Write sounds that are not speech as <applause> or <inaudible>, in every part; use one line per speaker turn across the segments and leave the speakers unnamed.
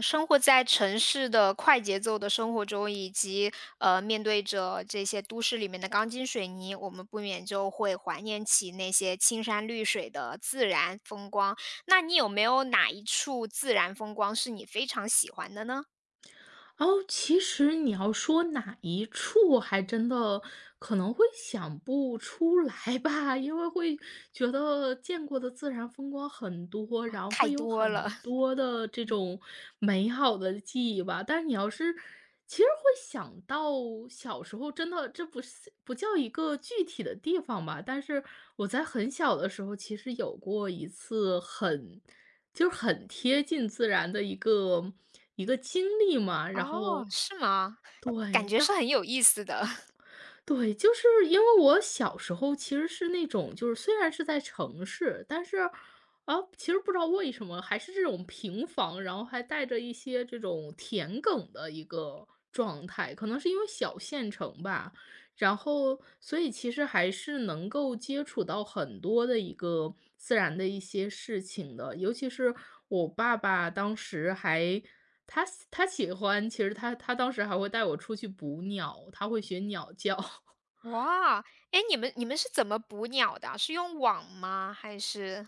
生活在城市的快节奏的生活中，以及面对着这些都市里面的钢筋水泥，我们不免就会怀念起那些青山绿水的自然风光。那你有没有哪一处自然风光是你非常喜欢的呢？
哦，其实你要说哪一处，还真的可能会想不出来吧。<laughs> 因为会觉得见过的自然风光很多，然后
太
会有
多
很
了。 <laughs>
多的这种美好的记忆吧。但是你要是其实会想到小时候，真的这不是不叫一个具体的地方吧，但是我在很小的时候，其实有过一次很就是很贴近自然的一个经历嘛。然
哦，
后
是吗？感
对，
觉是
当
很有意思的。 <laughs>
对，就是因为我小时候其实是那种，就是虽然是在城市，但是其实不知道为什么还是这种平房，然后还带着一些这种田埂的一个状态，可能是因为小县城吧。然后所以其实还是能够接触到很多的一个自然的一些事情的，尤其是我爸爸当时还他喜欢，其实他当时还会带我出去捕鸟，他会学鸟叫。<laughs>
哇！哎，你们是怎么捕鸟的啊，是用网吗？还是？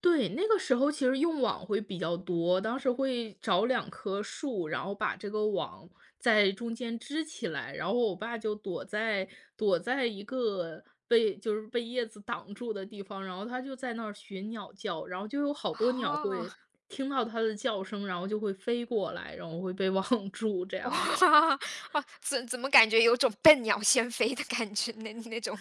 对，那个时候其实用网会比较多，当时会找两棵树，然后把这个网在中间支起来。然后我爸就躲在一个被就是被叶子挡住的地方，然后他就在那儿学鸟叫，然后就有好多鸟
哦。
会听到它的叫声，然后就会飞过来，然后会被 <laughs> 网住这样
哇。
的。
哦，怎么感觉有种笨鸟先飞的感觉，那那种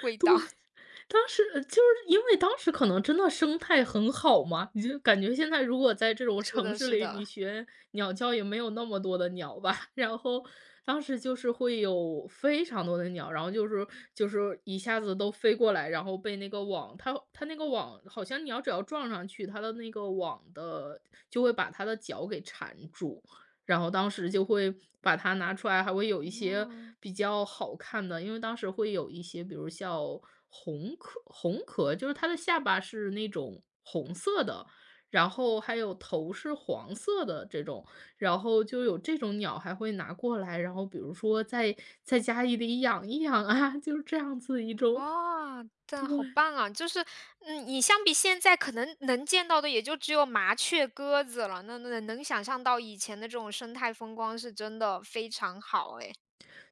味
对，
道。<laughs>
当时就是因为当时可能真的生态很好嘛。你就感觉现在如果在这种
是
城
的，
市
是
里，你
的。
学鸟叫也没有那么多的鸟吧。<laughs> 然后当时就是会有非常多的鸟，然后就是一下子都飞过来。然后被那个网，它那个网好像鸟只要撞上去，它的那个网的就会把它的脚给缠住。然后当时就会把它拿出来，还会有一些
哦。
比较好看的。因为当时会有一些，比如像红壳，就是它的下巴是那种红色的，然后还有头是黄色的这种。然后就有这种鸟还会拿过来，然后比如说在在家里养一养啊。<laughs> 就是这样子一种。
哦，但好棒啊！就是，嗯，你相比现在可能能见到的也就只有麻雀、鸽子了，那那能想象到以前的这种生态风光是真的非常好哎。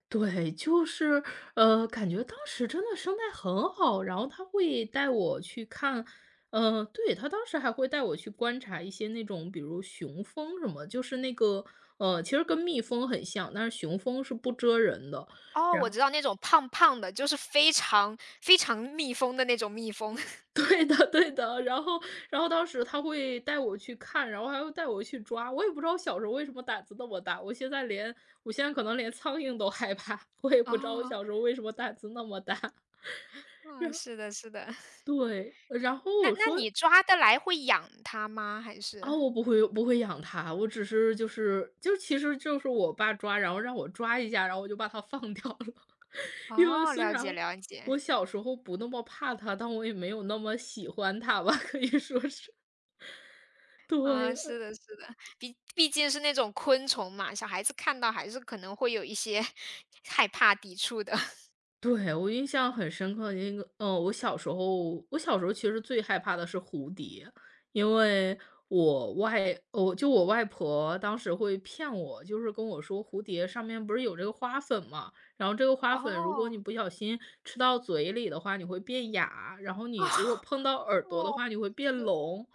对，就是，感觉当时真的生态很好，然后他会带我去看。对，他当时还会带我去观察一些那种，比如雄蜂什么，就是那个，其实跟蜜蜂很像，但是雄蜂是不蜇人的。
哦，我
然后，
知道那种胖胖的，就是非常非常蜜蜂的那种蜜蜂。<laughs>
<laughs> 对的对的。然后当时他会带我去看，然后还会带我去抓。我也不知道小时候为什么胆子那么大，我现在可能连苍蝇都害怕。我也不知道我
哦，
小时候为什么胆子那么大。
嗯，是的，是的。<laughs>
对，然后
那
我
那
说：
你抓得来会养它吗？还
“啊，
是？
我不会养它，我只是就是就其实就是我爸抓，然后让我抓一下，然后我就把它放 <laughs> 掉了。<laughs>” 因为
哦，
虽
了
然
解了解。
我小时候不那么怕它，但我也没有那么喜欢它吧，可以说是。<laughs> 对，
啊，是的，是的，毕竟是那种昆虫嘛，小孩子看到还是可能会有一些 <laughs> 害怕、抵触的。<laughs>
对，我印象很深刻那个。嗯，我小时候其实最害怕的是蝴蝶。因为我外婆当时会骗我，就是跟我说蝴蝶上面不是有这个花粉嘛，然后这个花粉如果你
哦，
不小心吃到嘴里的话，你会变哑，然后
哦，
你如果碰到耳朵的
哦，
话，你会变聋。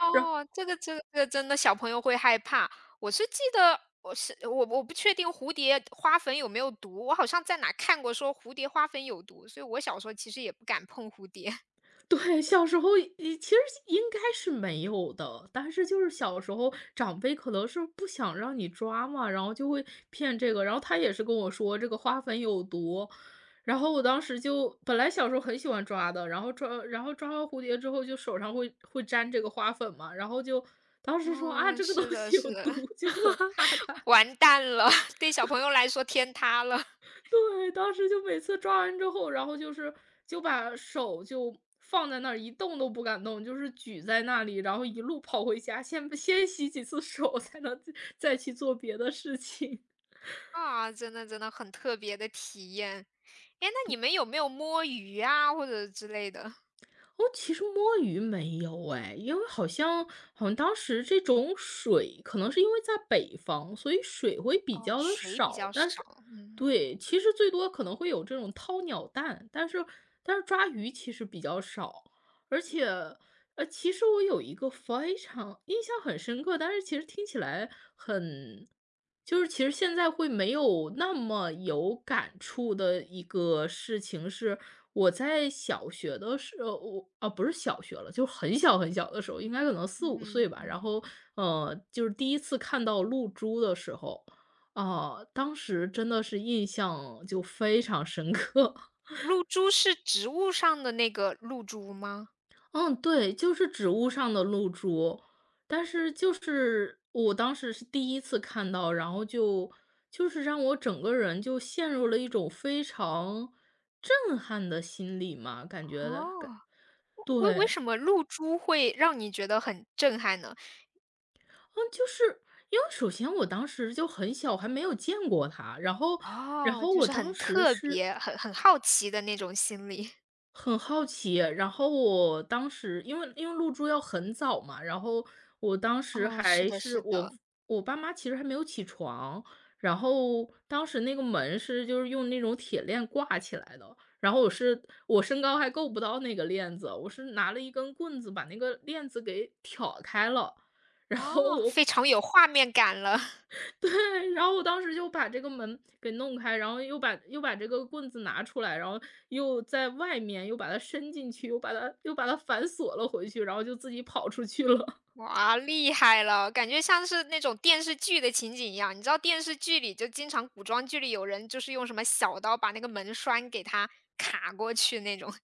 哦，这个真的小朋友会害怕。我是记得我是我我不确定蝴蝶花粉有没有毒，我好像在哪看过说蝴蝶花粉有毒，所以我小时候其实也不敢碰蝴蝶。<laughs>
对，小时候也其实应该是没有的，但是就是小时候长辈可能是不想让你抓嘛，然后就会骗这个，然后他也是跟我说这个花粉有毒。然后我当时就本来小时候很喜欢抓的，然后抓完蝴蝶之后就手上会沾这个花粉嘛，然后就当时说啊
嗯，
这个
是
东
的，
西有
是
毒，
的。
就很怕它。
完蛋了，<laughs> 对小朋友来说天塌了。
对，当时就每次抓完之后，然后就是就把手就放在那儿一动都不敢动，就是举在那里，然后一路跑回家，先洗几次手，才能再去做别的事情。
啊，真的真的很特别的体验。哎，那你们有没有摸鱼啊，或者之类的？
哦，其实摸鱼没有哎。因为好像当时这种水，可能是因为在北方，所以水会比
哦，
较的
水比
少。
较
但是，
少，嗯。
对，其实最多可能会有这种掏鸟蛋，但是抓鱼其实比较少。而且其实我有一个非常印象很深刻，但是其实听起来很其实现在会没有那么有感触的一个事情是，我在小学的时候，不是小学了，就是很小很小的时候，应该可能四五岁
嗯，
吧。然后，就是第一次看到露珠的时候，啊，当时真的是印象就非常深刻。<laughs>
露珠是植物上的那个露珠吗？
嗯，对，就是植物上的露珠，但是就是我当时是第一次看到，然后就是让我整个人就陷入了一种非常震撼的心理嘛，感觉的，
哦，为为
对。
什么露珠会让你觉得很震撼呢？
嗯，就是因为首先我当时就很小，还没有见过它，然后
哦，就
我
是
当
很
时
特
是
别，很很好奇的那种心理。
很好奇。然后我当时因为入住要很早嘛，然后我当时
哦，是
还
的
是
是
我
的。
我爸妈其实还没有起床。然后当时那个门是就是用那种铁链挂起来的，然后我身高还够不到那个链子。我是拿了一根棍子把那个链子给挑开了，然后
哦，
我。
非常有画面感了。
对，然后我当时就把这个门给弄开，然后又把这个棍子拿出来，然后又在外面又把它伸进去，又把它反锁了回去，然后就自己跑出去了。
哇，厉害了！感觉像是那种电视剧的情景一样。你知道电视剧里就经常古装剧里有人就是用什么小刀把那个门栓给它卡过去那种。<laughs>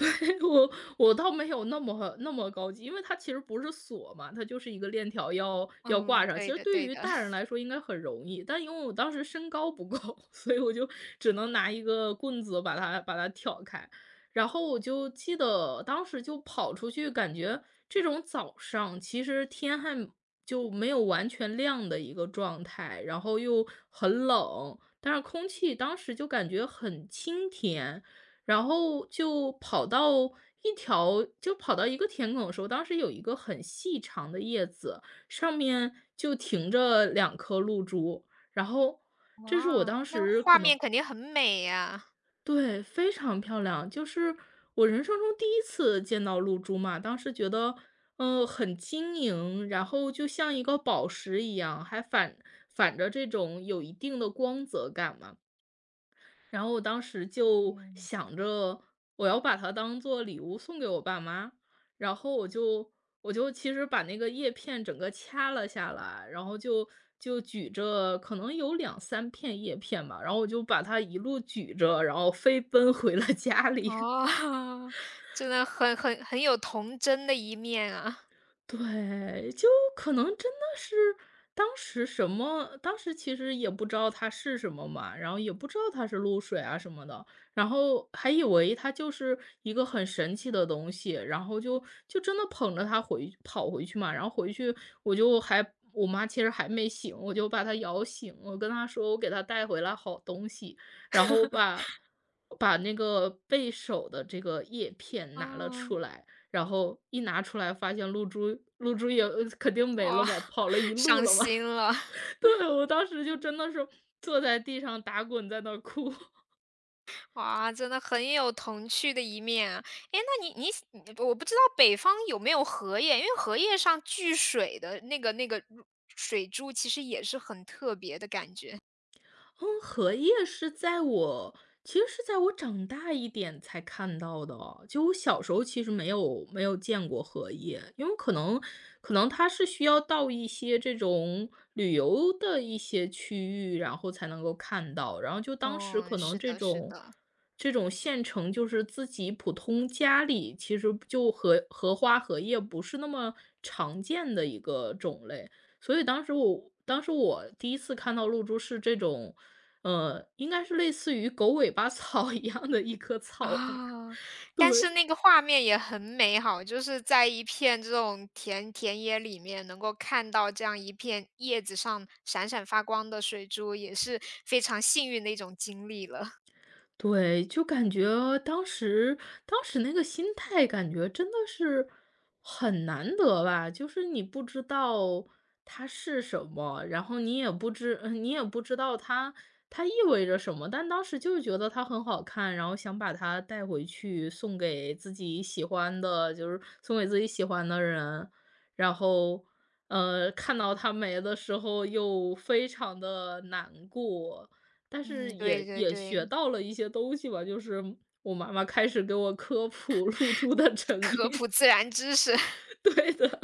<laughs> 我我倒没有那么高级。因为它其实不是锁嘛，它就是一个链条要挂
嗯，
上。其
对
实
的
对
对
于
的。
大人来说应该很容易，但因为我当时身高不够，<laughs> 所以我就只能拿一个棍子把它挑开。然后我就记得当时就跑出去，感觉这种早上其实天还就没有完全亮的一个状态，然后又很冷，但是空气当时就感觉很清甜。然后就跑到一个田埂的时候，当时有一个很细长的叶子，上面就停着两颗露珠。然后这是我
哇，
当
那
时可
画
能
面肯定很美呀。
对，非常漂亮，就是我人生中第一次见到露珠嘛。当时觉得，嗯，很晶莹，然后就像一个宝石一样，还反着这种有一定的光泽感嘛。然后我当时就
嗯。
想着我要把它当做礼物送给我爸妈。然后我就其实把那个叶片整个掐了下来，然后就举着，可能有两三片叶片吧，然后我就把它一路举着，然后飞奔回了家里。
哦。<laughs> 真的很有童真的一面啊。
对，就可能真的是当时其实也不知道它是什么嘛，然后也不知道它是露水啊什么的，然后还以为它就是一个很神奇的东西，然后就真的捧着它回跑回去嘛。然后回去我妈其实还没醒，我就把她摇醒，我跟她说我给她带回来好东西。然后把那个贝手的这个叶片拿了
啊。
出来。然后一拿出来发现露珠也肯定没了
哇，
嘛，
<laughs>
跑了一路
伤
了嘛。
心了。
<laughs> 对，我当时就真的是坐在地上打滚在那儿哭。
哇，真的很有童趣的一面啊！诶，那你我不知道北方有没有荷叶，因为荷叶上聚水的那个那个入水珠，其实也是很特别的感觉。
嗯，荷叶是在我其实是在我长大一点才看到的哦，就我小时候其实没有见过荷叶，因为可能它是需要到一些这种旅游的一些区域，然后才能够看到，然后就当时
嗯，
可能
是
这
的，是
种
的。
这种县城就是自己普通家里其实就荷花、荷叶不是那么常见的一个种类。所以当时我第一次看到露珠是这种应该是类似于狗尾巴草一样的一棵草吧，
啊，但是
对。
那个画面也很美好，就是在一片这种田野里面，能够看到这样一片叶子上闪闪发光的水珠，也是非常幸运的一种经历了。
对，就感觉当时当时那个心态感觉真的是很难得吧，就是你不知道它是什么，然后你也不知呃 <laughs> 你也不知道它意味着什么，但当时就是觉得它很好看，然后想把它带回去送给自己喜欢的，就是送给自己喜欢的人，然后，看到它没的时候又非常的难过。但
嗯，
是
对
也
对
也学
对。
到了一些东西吧，就是我妈妈开始给我科普 <laughs> 露珠的
<laughs>
成
科
因。
普自然知识。
<laughs> 对的，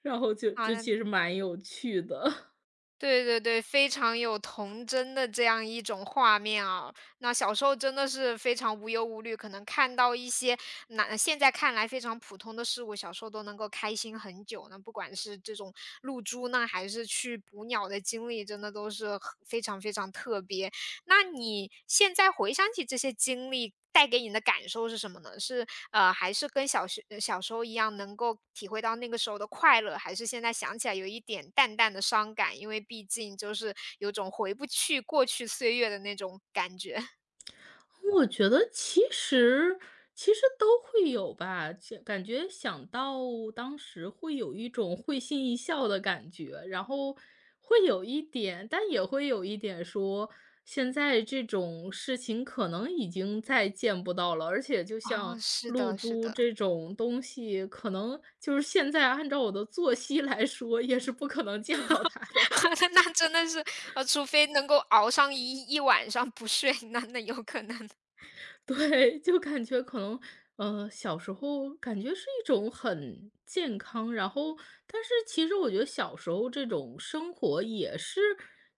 然后就
啊，
就其实蛮有趣的。
对对对，非常有童真的这样一种画面啊。那小时候真的是非常无忧无虑，可能看到一些那现在看来非常普通的事物，小时候都能够开心很久呢。不管是这种露珠呢，还是去捕鸟的经历，真的都是很非常非常特别。那你现在回想起这些经历，带给你的感受是什么呢？是还是跟小学小时候一样，能够体会到那个时候的快乐，还是现在想起来有一点淡淡的伤感？因为毕竟就是有种回不去过去岁月的那种感觉。<laughs>
我觉得其实都会有吧，这感觉想到当时会有一种会心一笑的感觉，然后会有一点，但也会有一点说，现在这种事情可能已经再见不到了，而且就像
哦，是
露
的，是
珠
的。
这种东西，可能就是现在按照我的作息来说，也是不可能见到它的了。
<laughs> 那真的是，除非能够熬上一晚上不睡，那那有可能。
对，就感觉可能，小时候感觉是一种很健康，然后但是其实我觉得小时候这种生活也是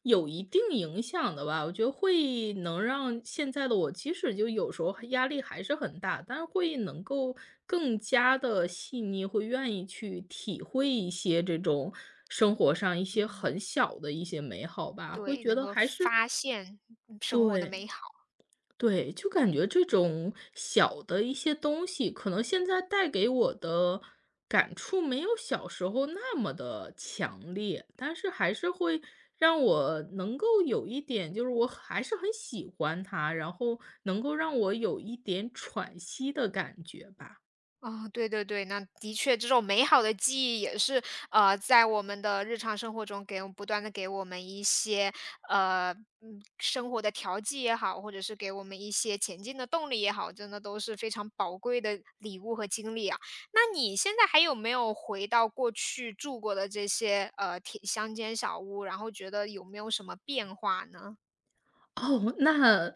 有一定影响的吧。我觉得会能让现在的我，即使就有时候压力还是很大，但是会能够更加的细腻，会愿意去体会一些这种生活上一些
嗯，
很小的一些美好吧，会
对，
觉
能
得
够
还是
发现嗯生活的
对。
美好。
对，就感觉这种小的一些东西，可能现在带给我的感触没有小时候那么的强烈，但是还是会让我能够有一点就是我还是很喜欢它，然后能够让我有一点喘息的感觉吧。
啊，对对对，那的确这种美好的记忆也是，呃，在我们的日常生活中给我们不断的给我们一些，呃，生活的调剂也好，或者是给我们一些前进的动力也好，真的都是非常宝贵的礼物和经历啊。那你现在还有没有回到过去住过的这些，田乡间小屋，然后觉得有没有什么变化呢？
哦，那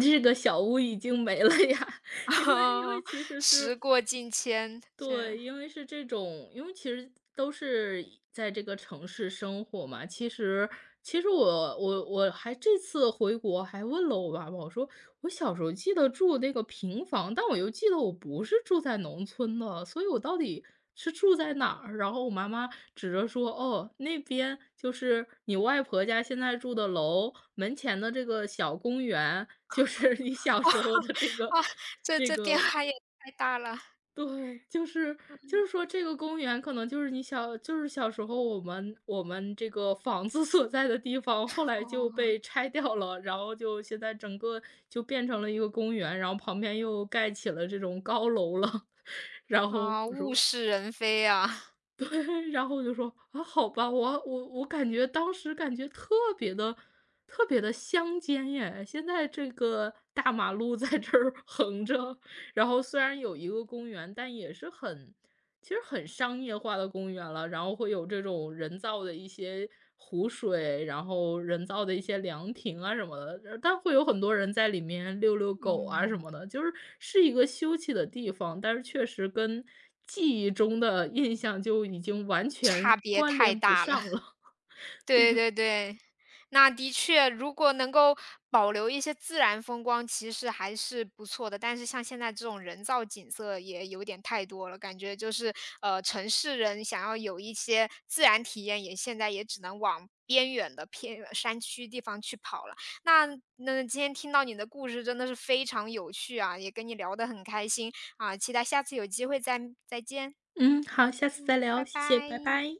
这个小屋已经没了呀，<laughs>
<laughs>
因为
哦，
其实是，
时过境迁，这
对，因为是这种，因为其实都是在这个城市生活嘛。其实，其实我还这次回国还问了我爸爸，我说我小时候记得住那个平房，但我又记得我不是住在农村的，所以我到底是住在哪儿？然后我妈妈指着说，哦，那边就是你外婆家现在住的楼门前的这个小公园，就是你小时候的这个
啊，这
这
这变
个。
化也太大了。
对，就是说这个公园可能就是小时候我们这个房子 <laughs> 所在的地方，后来就
哦。
被拆掉了，然后就现在整个就变成了一个公园，然后旁边又盖起了这种高楼了。<laughs> 然后
啊，
我
物
说，
是人非啊。
<laughs> 然后我就说啊，好吧，我感觉当时感觉别的特别的乡间耶，现在这个大马路在这儿横着，然后虽然有一个公园，但也是其实很商业化的公园了，然后会有这种人造的一些湖水，然后人造的一些凉亭啊什么的，但会有很多人在里面遛遛狗啊什
嗯。
么的，是一个休憩的地方，但是确实跟记忆中的印象就已经完全
差别
关
太
联不
大了。
上了。<laughs> 对，
对对对，那的确，如果能够保留一些自然风光，其实还是不错的。但是像现在这种人造景色也有点太多了，感觉就是城市人想要有一些自然体验，也现在也只能往边远的偏远山区地方去跑了。那那今天听到你的故事真的是非常有趣啊，也跟你聊得很开心啊，期待下次有机会再见。
嗯，好，下次再
嗯，
聊，
拜拜。
谢谢，拜拜。